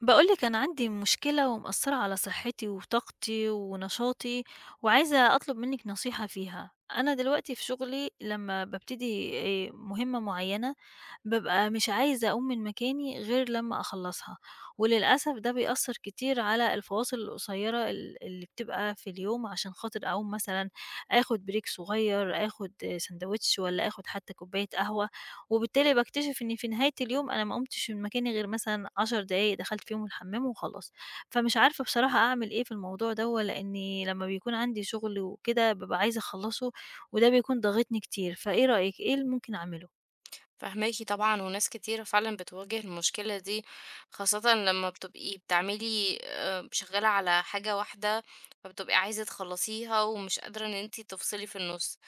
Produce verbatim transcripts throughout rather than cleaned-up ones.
بقولك أنا عندي مشكلة ومأثرة على صحتي وطاقتي ونشاطي وعايزة أطلب منِّك نصيحة فيها. أنا دلوقتي في شغلي لمّا بابتدي آآ مهمة معيّنة، بابقى مش عايزة أقوم من مكاني غير لمّا أخلّصها، وللأسف ده بيأثّر كتير على الفواصل القصيّرة ال اللي بتبقى في اليوم عشان خاطر أقوم مثلًا آخُد break صغيّر، آخُد ساندويتش والّا آخُد حتّى كوباية قهوة. وبالتالي باكتشف إن في نهاية اليوم أنا ما قُمتش من مكاني غير مثلًا 10 دقايق دخلت فيهم الحمّام وخلاص، فمش عارفة بصراحة أعمل إيه في الموضوع دوّة، لإني لمّا بيكون عندي شغل وكده بابقى عايزة أخلّصه، وده بيكون ضاغطني كتير، فإيه رأيِك؟ إيه اللي ممكن أعمله؟ فهماكِ طبعًا، وناس كتيرة فعلًا بتواجه المشكلة دي، خاصةً لمّا بتبقي بتعملي آآ شغّالة على حاجة واحدة، فبتبقي عايزة تخلّصيها ومش قادرة إن أنتِ تفصلي في النُص.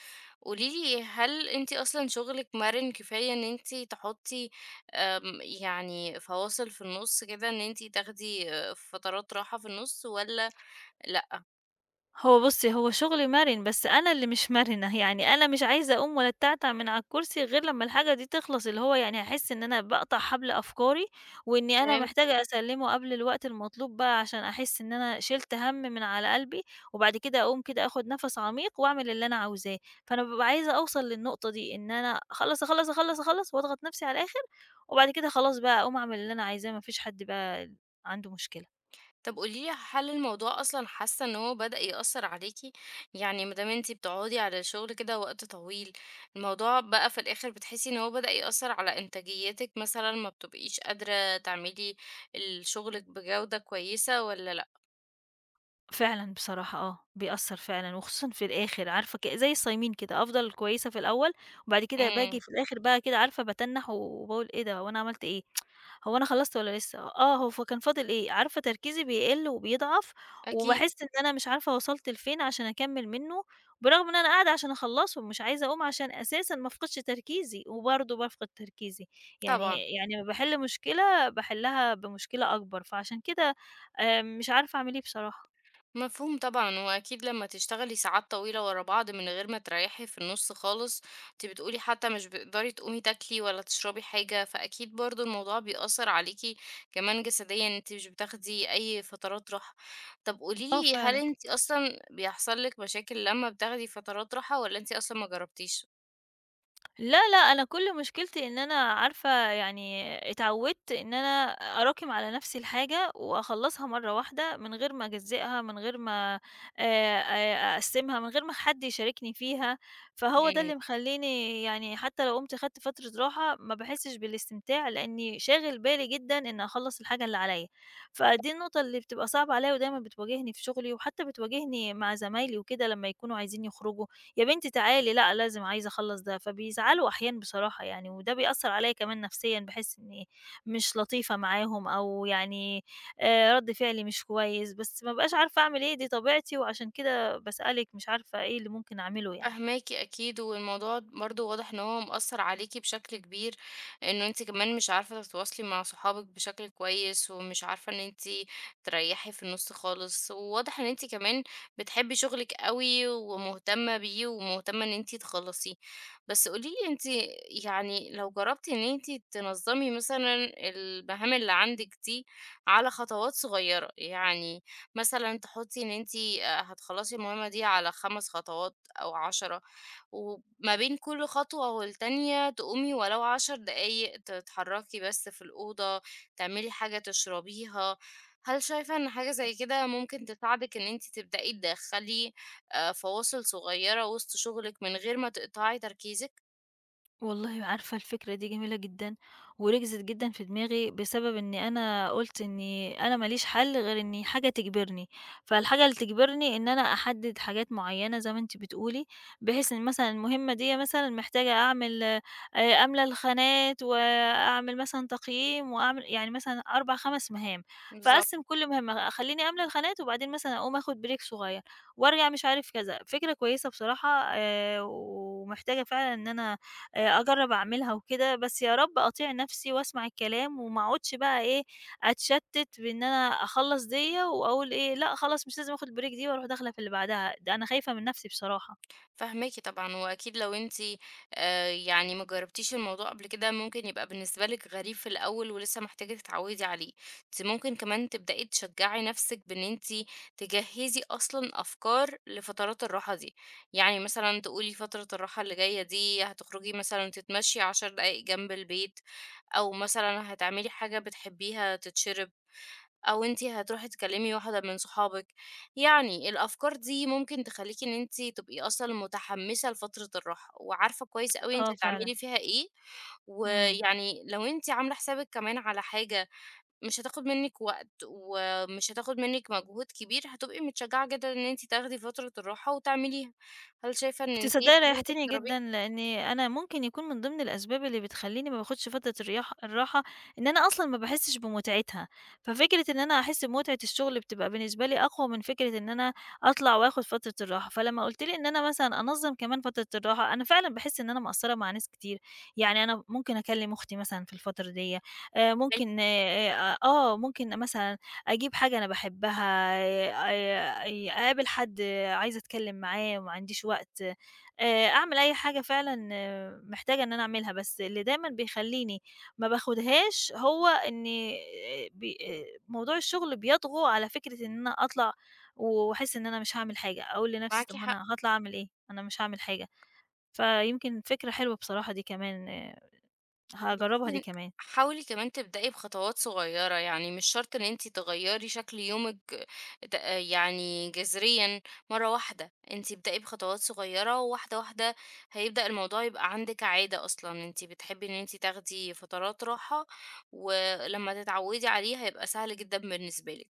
قولي لي هل أنتِ أصلًا شغلِك مَرِن كفاية إن أنتِ تحطّي آمم يعني فواصل في النُص كده إن أنتِ تاخدي آه، فترات راحة في النُص والّا لأ؟ هو بُصّي، هو شغل مَرِن، بس أنا اللي مش مَرِنة، يعني أنا مش عايزة أقوم ولا أتعتع من على الكرسي غير لمّا الحاجة دي تخلص، اللي هو يعني هاحس إن أنا باقطع حبل أفكاري، وإني أنا محتاجة أسلّمه قبل الوقت المطلوب بقى عشان أحس إن أنا شِلت هَم من على قلبي، وبعد كده أقوم كده آخُد نَفَس عميق وأعمل اللي أنا عاوزاه، فأنا بابقى عايزة أوصل للنقطة دي، إن أنا أخلّص، أخلّص، أخلّص، أخلّص وأضغط نَفْسي على الآخِر، وبعد كده خلاص بقى أقوم أعمل اللي أنا عايزاه، ما فيش حد بقى عنده مشكلة. طب قولي لي هل الموضوع أصلًا حاسة إن هو بدأ يأثّر عليكِ؟ يعني ما دام أنتِ بتقعدي على الشغل كده وقت طويل، الموضوع بقى في الآخر بتحسي إن هو بدأ يأثّر على إنتاجيتِك مثلًا، ما بتبقيش قادرة تعملي الشغل بجودة كويسة والّا لأ؟ فعلًا بصراحة آه، بيأثّر فعلًا وخصوصًا في الآخر عارفة ك زي الصايمين كده، أفضل كويسة في الأول وبعد كده باجي إمم، في الآخر بقى كده عارفة باتنّح وباقول إيه ده، هو أنا عملت إيه، هو أنا خلّصت والّا لسه، آه هو ف كان فاضل إيه، عارفة تركيزي بيقِل وبيضعف أكيد وباحس إن أنا مش عارفة وصلت لفين عشان أكمّل منّه، برغم إن أنا قاعدة عشان أخلّصه ومش عايزة أقوم عشان أساسًا ما أفقدش تركيزي، وبرضه بافقد تركيزي، يعني طبعًا. يعني لمّا باحل مشكلة باحلّها بمشكلة أكبر، فعشان كده آآ مش عارفة أعمل إيه بصراحة. مفهوم طبعًا، وأكيد لمّا تشتغلي ساعات طويلة ورا بعض من غير ما تريّحي في النُص خالص، أنتِ بتقولي حتى مش بتقدري تقومي تاكلي ولا تشربي حاجة، فأكيد برضه الموضوع بيأثّر عليكِ كمان جسديًا، أنتِ مش بتاخدي أي فترات راحة. طَب قولي آه لي هل فعلًا. أنتِ أصلًا بيحصل لِك مشاكل لمّا بتاخدي فترات راحة والّا أنتِ أصلًا ما جرّبتيش؟ لا، لأ، أنا كل مشكلتي إن أنا عارفة يعني اتعودت إن أنا أراكم على نفسي الحاجة وأخلّصها مرّة واحدة من غير ما أجزّئها، من غير ما آآ أ أقسّمها، من غير ما حد يشاركني فيها، فهو ده إمم. اللي مخلّيني يعني حتى لو قُمت خدت فترة راحة ما باحسّش بالاستمتاع، لإني شاغل بالي جدًا إن أخلّص الحاجة اللي عليّا. فدي النقطة اللي بتبقى صعبة عليّا ودايمًا بتواجهني في شغلي وحتى بتواجهني مع زمايلي وكده لمّا يكونوا عايزين يخرجوا، يا بنتي تعالي، لأ لازم عايزة أخلّص ده، فبيزعلوا أحيانًا بصراحة يعني، وده بيأثّر عليَّ كمان نفسيًا، باحس إني مش لطيفة معاهم أو يعني آآ رَد فعلي مش كويس، بس ما بابقاش عارفة أعمل إيه، دي طبيعتي وعشان كده باسألِك مش عارفة إيه اللي ممكن أعمله يعني. فاهماكِ أكيد، والموضوع برضه واضح إن هو مأثّر عليكِ بشكل كبير، إنه أنتِ كمان مش عارفة تتواصلي مع صحابِك بشكل كويس، ومش عارفة إن أنتِ تريّحي في النُص خالص، وواضح إن أنتِ كمان بتحبي شغلِك أوي، ومهتمة بيه، ومهتمة إن أنتِ تخلّصيه. بس قولي لي أنتِ يعني لو جرّبتِ إن أنتِ تنظّمي مثلًا المهام اللي عندِك دي على خطوات صغيّرة، يعني مثلًا تحطي إن أنتِ آآ هتخلّصي المهمة دي على خمس خطوات أو عشرة، وما بين كل خطوة والتانية تقومي ولو عشر دقايق تتحرّكي بس في الأوضة، تعملي حاجة تشربيها. هل شايفة إن حاجة زي كده ممكن تساعدِك إن أنتِ تبدئي تدخّلي آآ فواصل صغيّرة وسط شغلِك من غير ما تقطعي تركيزِك؟ والله عارفة الفكرة دي جميلة جدًا، وركزت جدًا في دماغي بسبب إني أنا قُلت إني أنا ما ليش حل غير إني حاجة تجبرني، فالحاجة اللي تجبرني إن أنا أحدد حاجات معيّنة زي ما أنتِ بتقولي، بحيث إن مثلًا المهمة ديّة مثلًا محتاجة أعمل آآ، أملى الخانات وأعمل مثلًا تقييم وأعمل يعني مثلًا أربع، 5 مهام، بالضبط. فأقسّم كل مهمة أخلّيني أملى الخانات وبعدين مثلًا أقوم آخد بريك صغير وأرجع مش عارف كذا، فكرة كويسة بصراحة آآ، ومحتاجة فعلًا إن أنا آآ أجرّب أعملها وكده، بس يا رب أطيع نَفْسي وأسمع الكلام وما أقعدش بقى إيه، أتشتِّت بإن أنا أخلّص ديّة وأقول إيه، لأ خلاص مش لازم آخُد الbreak دي وأروح داخلة في اللي بعدها، ده أنا خايفة من نَفْسي بصراحة. فاهماكِ طبعًا، وأكيد لو أنتِ آآ يعني ما جرّبتيش الموضوع قبل كده، ممكن يبقى بالنسبة لِك غريب في الأول ولسه محتاجة تتعوّدي عليه. أنتِ ممكن كمان تبدئي تشجّعي نَفْسِك بإن أنتِ تجهّزي أصلًا أفكار لفترات الراحة دي. يعني مثلًا تقولي فترة الراحة اللي جاية دي هتخرجي مثلًا تتمشّي عشر دقايق جنب البيت، أو مثلًا هتعملي حاجة بتحبّيها تتشرب. أو أنتِ هتروحي تكلمي واحدة من صحابِك، يعني الأفكار دي ممكن تخلّيكِ إن أنتِ تبقي أصلًا متحمسة لفترة الراحة، وعارفة كويس أوي أنتِ آه فعلًا. هتعملي فيها إيه، إمم. ويعني لو أنتِ عاملة حسابِك كمان على حاجة مش هتاخد منِّك وقت، ومش هتاخد منِّك مجهود كبير، هتبقي متشجعة جدًا إن أنتِ تاخدي فترة الراحة وتعمليها. هل شايفة إن دي تصدّقي حاجة ممكن ريّحتيني جدًا، تجربيها؟ لإني أنا ممكن يكون من ضمن الأسباب اللي بتخلّيني ما باخدش فترة الرياح الراحة، إن أنا أصلًا ما باحسّش بمتعتها، ففكرة إن أنا أحس بمتعة الشغل بتبقى بالنسبة لي أقوى من فكرة إن أنا أطلع وآخد فترة الراحة، فلمّا قُلت لي إن أنا مثلًا أنظّم كمان فترة الراحة، أنا فعلًا باحس إن أنا مقصّرة مع ناس كتير، يعني أنا ممكن أكلّم أختي مثلًا في الفترة ديّة، آآ ممكن آآ آه، آه، ممكن مثلًا أجيب حاجة أنا باحبها، آآ أقابل حد عايزة أتكلّم معاه وما عنديش وقت. آآ أعمل أي حاجة فعلًا آه، محتاجة إن أنا أعملها، بس اللي دايمًا بيخلّيني ما باخدهاش هو إني آآ ب آآ موضوع الشغل بيطغوا على فكرة إن أنا أطلع وأحس إن أنا مش هاعمل حاجة، أقول لنفسي معاكِ طب ما حق. أنا هاطلع أعمل إيه؟ أنا مش هاعمل حاجة، فيمكن فكرة حلوة بصراحة دي كمان، هاجرّبها دي بُصّي، كمان. حاولي كمان تبدئي بخطوات صغيرة، يعني مش شرط إن أنتِ تغيّري شكل يومِك ت يعني جذريًا مرّة واحدة، أنتِ ابدئي بخطوات صغيرة وواحدة، واحدة هيبدأ الموضوع يبقى عندِك عادة أصلًا، أنتِ بتحبي إن أنتِ تاخدي فترات راحة، ولمّا تتعوّدي عليه هيبقى سهل جدًا بالنسبة لِك.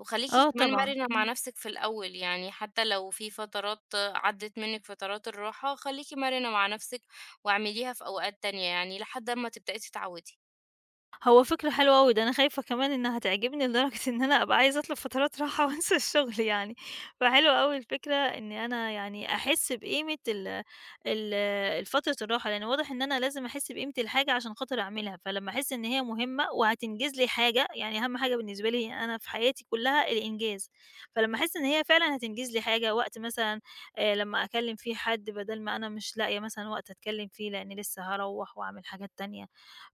وخليكِ آه كمان طبعًا، مرنة مع إمم. نفسِك في الأول، يعني حتى لو في فترات عدِّت منِّك فترات الراحة، خليكِ مرنة مع نفسِك واعمليها في أوقات تانية يعني لحد أمّا تبدئي تتعوِّدي. هو فكرة حلوة أوي، ده أنا خايفة كمان إنها تعجبني لدرجة إن أنا أبقى عايزة أطلب فترات راحة وأنسى الشغل يعني، فحلوة أوي الفكرة إن أنا يعني أحس بقيمة ال ال الفترة الراحة، لأن واضح إن أنا لازم أحس بقيمة الحاجة عشان خاطر أعملها، فلمّا أحس إن هي مهمة وهتنجز لي حاجة، يعني أهم حاجة بالنسبة لي أنا في حياتي كلها الإنجاز، فلمّا أحس إن هي فعلًا هتنجز لي حاجة، وقت مثلًا آآ لمّا أكلم فيه حد بدل ما أنا مش لاقية مثلًا وقت أتكلم فيه لإني لسه هاروّح وأعمل حاجات تانية.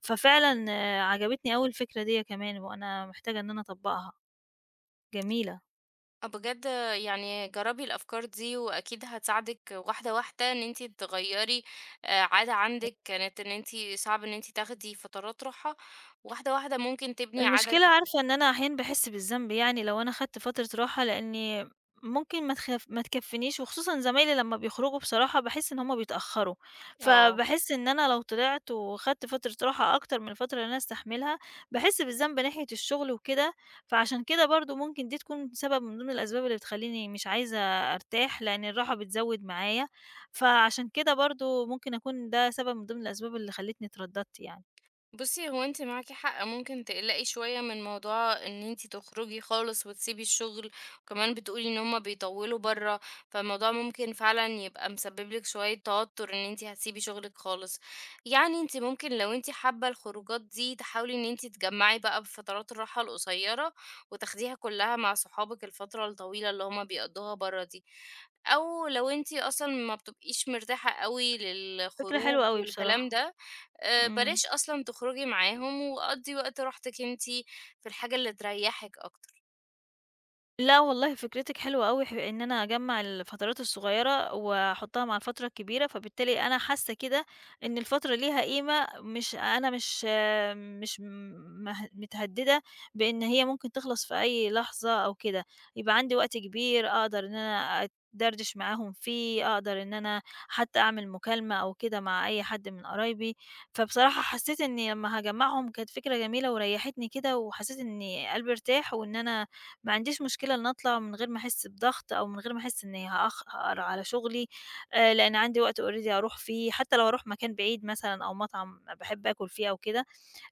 ففعلًا آه، عجبتني أوي الفكرة ديّة كمان، وأنا محتاجة إن أنا أطبّقها، جميلة. آه بجد يعني جرّبي الأفكار دي وأكيد هتساعدِك واحدة، واحدة إن أنتِ تغيّري آآ عادة عندِك كانت إن أنتِ صعب إن أنتِ تاخدي فترات راحة، واحدة، واحدة ممكن تبني عادة المشكلة جديدة. عارفة إن أنا أحيانًا باحس بالذنب يعني لو أنا خدت فترة راحة، لإني ممكن ما تخف ما تكفّينيش، وخصوصًا زمايلي لمّا بيخرجوا بصراحة باحس إن هُم بيتأخروا، آه. فباحس إن أنا لو طلعت وخدت فترة راحة أكتر من الفترة اللي أنا أستحملها، باحس بالذنب ناحية الشغل وكده، فعشان كده برضه ممكن دي تكون سبب من ضمن الأسباب اللي بتخلّيني مش عايزة أرتاح، لإن الراحة بتزوّد معايا، فعشان كده برضه ممكن أكون ده سبب من ضمن الأسباب اللي خلّتني اترددت يعني. بُصّي، هو أنتِ معاكِ حق، ممكن تقلقي شوية من موضوع إن أنتِ تخرجي خالص وتسيبي الشغل، وكمان بتقولي إن هُم بيطوّلوا برّه، فالموضوع ممكن فعلًا يبقى مسبب لِك شوية توتر إن أنتِ هتسيبي شغلِك خالص. يعني أنتِ ممكن لو أنتِ حابة الخروجات دي تحاولي إن أنتِ تجمّعي بقى بفترات الراحة القصيرة، وتاخديها كلّها مع صحابِك الفترة الطويلة اللي هُم بيقضّوها برّه دي. أو لو أنتِ أصلًا ما بتبقيش مرتاحة أوي فكرة للخروج حلوة أوي والكلام بصراحة، ده آآ إمم. بلاش أصلًا تخرجي معاهم، وقضّي وقت راحتِك أنتِ في الحاجة اللي تريّحِك أكتر. لا والله فكرتِك حلوة أوي، ح إن أنا أجمّع الفترات الصغيرة وأحطّها مع الفترة الكبيرة، فبالتالي أنا حاسة كده إن الفترة ليها قيمة، مش أنا مش آه، مش م- مه متهدّدة بإن هي ممكن تخلص في أي لحظة أو كده، يبقى عندي وقت كبير أقدر إن أنا أدردش معاهم فيه، أقدر إن أنا حتى أعمل مكالمة أو كده مع أي حد من قرايبي، فبصراحة حسّيت إني لمّا هاجمّعهم كانت فكرة جميلة وريّحتني كده، وحسّيت إن قلبي ارتاح، وإن أنا ما عنديش مشكلة إن أطلع من غير ما أحس بضغط أو من غير ما أحس إني هأخ هأقر على شغلي، آآ، لأن عندي وقت already أروح فيه، حتى لو هاروح مكان بعيد مثلًا أو مطعم باحب آكل فيه أو كده،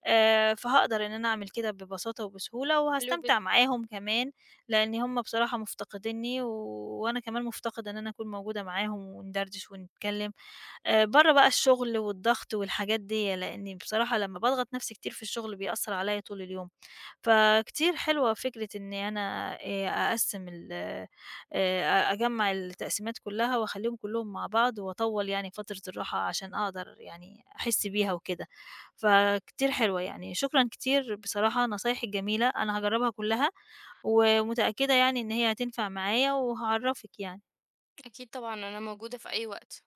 آآ، فهاقدر إن أنا أعمل كده ببساطة وبسهولة، حلو وهاستمتع جدًا. معاهم كمان، لأن هم بصراحة مفتقدينّي، و... وأنا كمان مفتقدة إن أنا أكون موجودة معاهم وندردش ونتكلم، آآ، برّه بقى الشغل والضغط والحاجات ديّة، لإني بصراحة لمّا باضغط نفسي كتير في الشغل بيأثّر عليَّ طول اليوم. فكتير حلوة فكرة إني أنا آآ أقسّم ال آآ أجمّع التقسيمات كلّها وأخلّيهم كلّهم مع بعض وأطوّل يعني فترة الراحة عشان أقدر يعني أحس بيها وكده، فكتير حلوة يعني، شكرًا كتير بصراحة نصايحِك جميلة، أنا هاجرّبها كلّها ومتأكدة يعني إن هي هتنفع معايا وهاعرّفِك يعني. أكيد طبعًا أنا موجودة في أي وقت.